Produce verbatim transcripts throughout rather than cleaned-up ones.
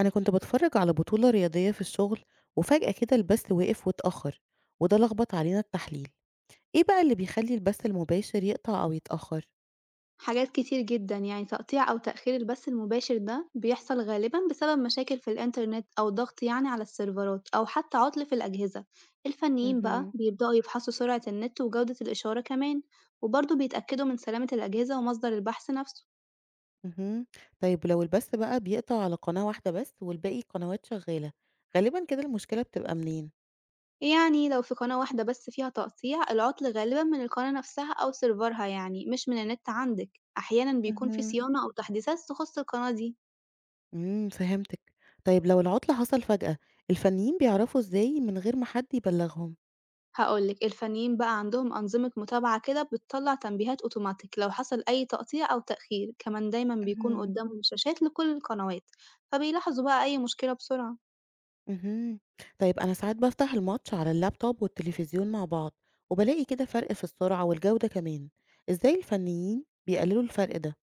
أنا كنت بتفرج على بطولة رياضية في الشغل، وفجأة كده البث وقف واتأخر، وده لخبط علينا التحليل. إيه بقى اللي بيخلي البث المباشر يقطع أو يتأخر؟ حاجات كتير جدًا، يعني تقطيع أو تأخير البث المباشر ده بيحصل غالبًا بسبب مشاكل في الإنترنت أو ضغط يعني على السيرفرات أو حتى عُطْل في الأجهزة، الفنيين بقى مهم. بيبدأوا يفحصوا سرعة النت وجودة الإشارة كمان، وبرضه بيتأكدوا من سلامة الأجهزة ومصدر البحث نفسه، مهم. طيب لو البث بقى بيقطع على قناة واحدة بس والباقي قنوات شغالة، غالبا كده المشكلة بتبقى منين؟ يعني لو في قناة واحدة بس فيها تقطيع العُطْل غالبًا من القناة نفسها أو سيرفرها يعني مش من النت عندِك، أحيانًا بيكون في مهم. صيانة أو تحديثات تخُص القناة دي. امم فهمتك. طيب لو العطلة حصل فجأة، الفنيين بيعرفوا إزاي من غير ما حد يبلغهم؟ هاقول لِك، الفنيين بقى عندهم أنظمة متابعة كده بتطلّع تنبيهات أوتوماتيك لو حصل أي تقطيع أو تأخير، كمان دايمًا بيكون مهم. قدامهم شاشات لكل القنوات، فبيلاحظوا بقى أي مشكلة بسرعة. اهم. طيب أنا ساعات بافتح الماتش على اللابتوب والتلفزيون مع بعض، وبالاقي كده فرق في السرعة والجودة كمان، إزاي الفنيين بيقللوا الفرق ده؟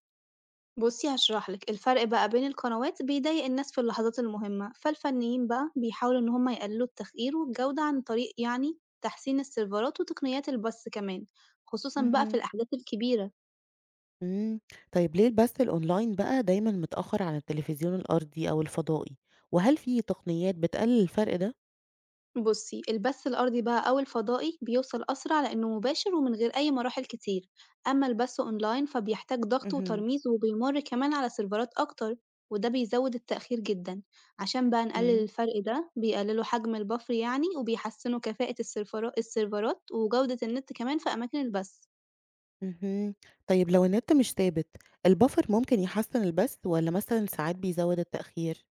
بُصّي هاشرح لِك، الفرق بقى بين القنوات بيضايق الناس في اللحظات المهمة، فالفنيين بقى بيحاولوا إن هم يقللوا التغيير والجودة عن طريق يعني تحسين السيرفرات وتقنيات البث كمان، خصوصًا بقى في مهم. الأحداث الكبيرة. امم. طيب ليه البث الأونلاين بقى دايما متأخر عن التلفزيون الأرضي أو الفضائي؟ وهل في تقنيات بتقلل الفرق ده؟ بصي البث الأرضي بقى أو الفضائي بيوصل أسرع لأنه مباشر ومن غير أي مراحل كتير، أما البث أونلاين فبيحتاج ضغط مهم. وترميز وبيمر كمان على سيرفرات أكتر وده بيزود التأخير جدا. عشان بقى نقلل امم. الفرق ده بيقللوا حجم البفر يعني وبيحسنوا كفاءة السيرفرا- السيرفرات وجودة النت كمان في أماكن البث. امم. طيب لو النت مش ثابت، البفر ممكن يحسن البث ولا مثلا ساعات بيزود التأخير؟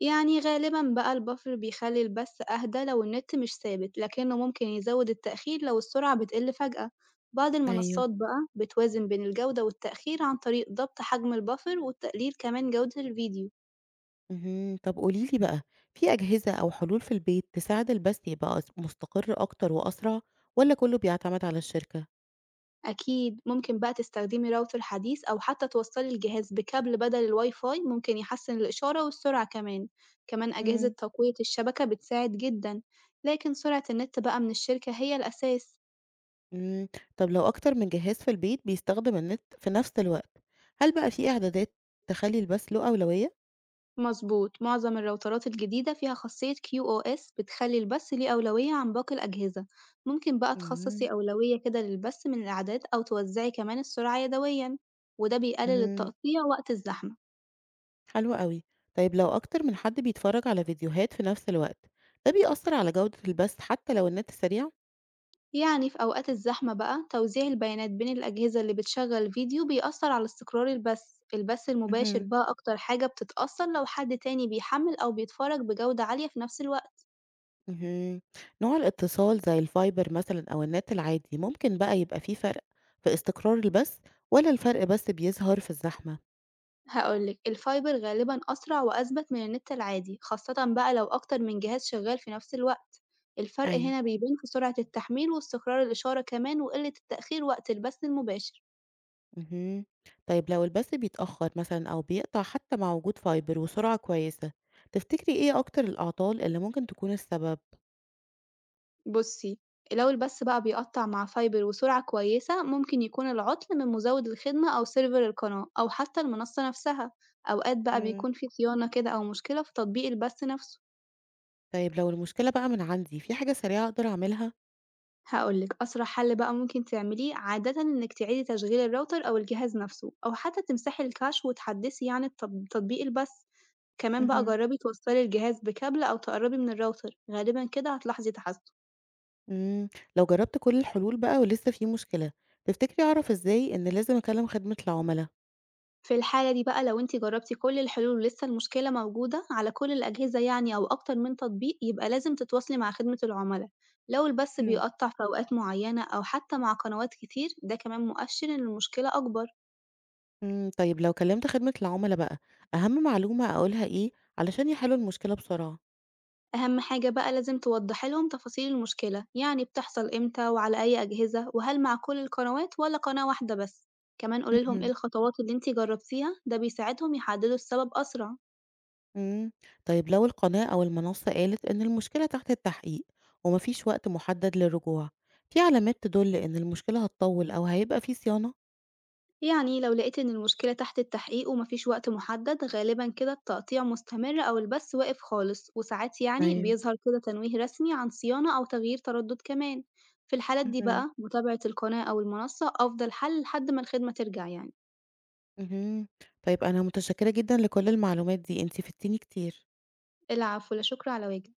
يعني غالبًا بقى البفر بيخلّي البث أهدى لو النت مش ثابت، لكنه ممكن يزود التأخير لو السرعة بتقل فجأة. بعض أيوه. المنصات بقى بتوازن بين الجودة والتأخير عن طريق ضبط حجم البفر وتقليل كمان جودة الفيديو. اهم. طب قولي لي بقى، في أجهزة أو حلول في البيت تساعد البث يبقى أس مستقر أكتر وأسرع، والّا كله بيعتمد على الشركة؟ أكيد ممكن بقى تستخدمي راوتر حديث أو حتى توصّلي الجهاز بكابل بدل الWiFi ممكن يحسّن الإشارة والسرعة كمان. كمان أجهزة إمم. تقوية الشبكة بتساعد جدًا، لكن سرعة النت بقى من الشركة هي الأساس. إمم. طب لو أكتر من جهاز في البيت بيستخدم النت في نفس الوقت، هل بقى في إعدادات تخلّي البث له أولوية؟ مظبوط، معظم الراوترات الجديدة فيها خاصية Q O S بتخلي البث ليه أولوية عن باقي الأجهزة. ممكن بقى تخصصي إمم. أولوية كده للبث من الإعداد أو توزعي كمان السرعة يدويا وده بيقلل اهم. التقطيع وقت الزحمة. حلو أوي. طيب لو أكتر من حد بيتفرج على فيديوهات في نفس الوقت، ده بيأثر على جودة البث حتى لو النت سريع؟ يعني في أوقات الزحمة بقى توزيع البيانات بين الأجهزة اللي بتشغل فيديو بيأثر على استقرار البث. البث المباشر اهم. بقى أكتر حاجة بتتأثر لو حد تاني بيحمل أو بيتفرج بجودة عالية في نفس الوقت. اهم. نوع الاتصال زي الفايبر مثلًا أو النت العادي، ممكن بقى يبقى في فرق في استقرار البث، والّا الفرق بس بيظهر في الزحمة؟ هاقول لك، الفايبر غالبًا أسرع وأثبت من النت العادي، خاصةً بقى لو أكتر من جهاز شغال في نفس الوقت. الفرق أيوه. هنا بيبان في سرعة التحميل واستقرار الإشارة كمان وقلة التأخير وقت البث المباشر. اهم. طيب لو البث بيتأخر مثلًا أو بيقطع حتى مع وجود فايبر وسرعة كويسة، تفتكري إيه أكتر الأعطال اللي ممكن تكون السبب؟ بُصي، لو البث بقى بيقطع مع فايبر وسرعة كويسة، ممكن يكون العطل من مزود الخدمة أو سيرفر القناة أو حتى المنصة نفسها. أوقات بقى إمم. بيكون في صيانة كده أو مشكلة في تطبيق البث نفسه. طيب لو المشكلة بقى من عندي، في حاجة سريعة أقدر أعملها؟ هاقول لِك، أسرع حل بقى ممكن تعمليه عادةً إنِّك تعيدي تشغيل الراوتر أو الجهاز نفسه، أو حتى تمسحي الكاش وتحدّثي يعني التط تطبيق البث، كمان بقى اهم. جرّبي توصّلي الجهاز بكابل أو تقرّبي من الراوتر، غالبًا كده هتلاحظي تحسُّن. إمم. لو جربت كل الحلول بقى ولسه في مشكلة، تفتكري أعرف إزاي إن لازم أكلم خدمة العملا؟ في الحالة دي بقى لو أنتِ جرّبتِ كل الحلول ولسه المشكلة موجودة على كل الأجهزة يعني أو أكتر من تطبيق، يبقى لازم تتواصلي مع خدمة العُملا. لو البث إمم. بيقطّع في أوقات معيّنة أو حتى مع قنوات كتير، ده كمان مؤشِّر إن المشكلة أكبر. إمم، طيب لو كلمت خدمة العملا بقى، أهم معلومة أقولها إيه علشان يحلوا المشكلة بسرعة؟ أهم حاجة بقى لازم توضحي لهم تفاصيل المشكلة، يعني بتحصل إمتى وعلى أي أجهزة وهل مع كل القنوات ولا قناة واحدة بس، كمان قولي لهم إيه اهم. الخطوات اللي انتِ جربتيها ده بيساعدهم يحددوا السبب أسرع. إمم، طيب لو القناة أو المنصة قالت إن المشكلة تحت التحقيق وما فيش وقت محدد للرجوع، في علامات تدل إن المشكلة هتطول أو هيبقى في صيانة؟ يعني لو لقيت إن المشكلة تحت التحقيق ومفيش وقت محدد غالبا كده التقطيع مستمر أو البث واقف خالص، وساعات يعني أيوه، بيظهر كده تنويه رسمي عن صيانة أو تغيير تردد كمان، في الحالات دي اهم. بقى متابعة القناة أو المنصة أفضل حل لحد ما الخدمة ترجع يعني. اهم، طيب أنا متشكرة جدًا لكل المعلومات دي، أنتِ فدتيني كتير. العفو، لا شكر على واجب.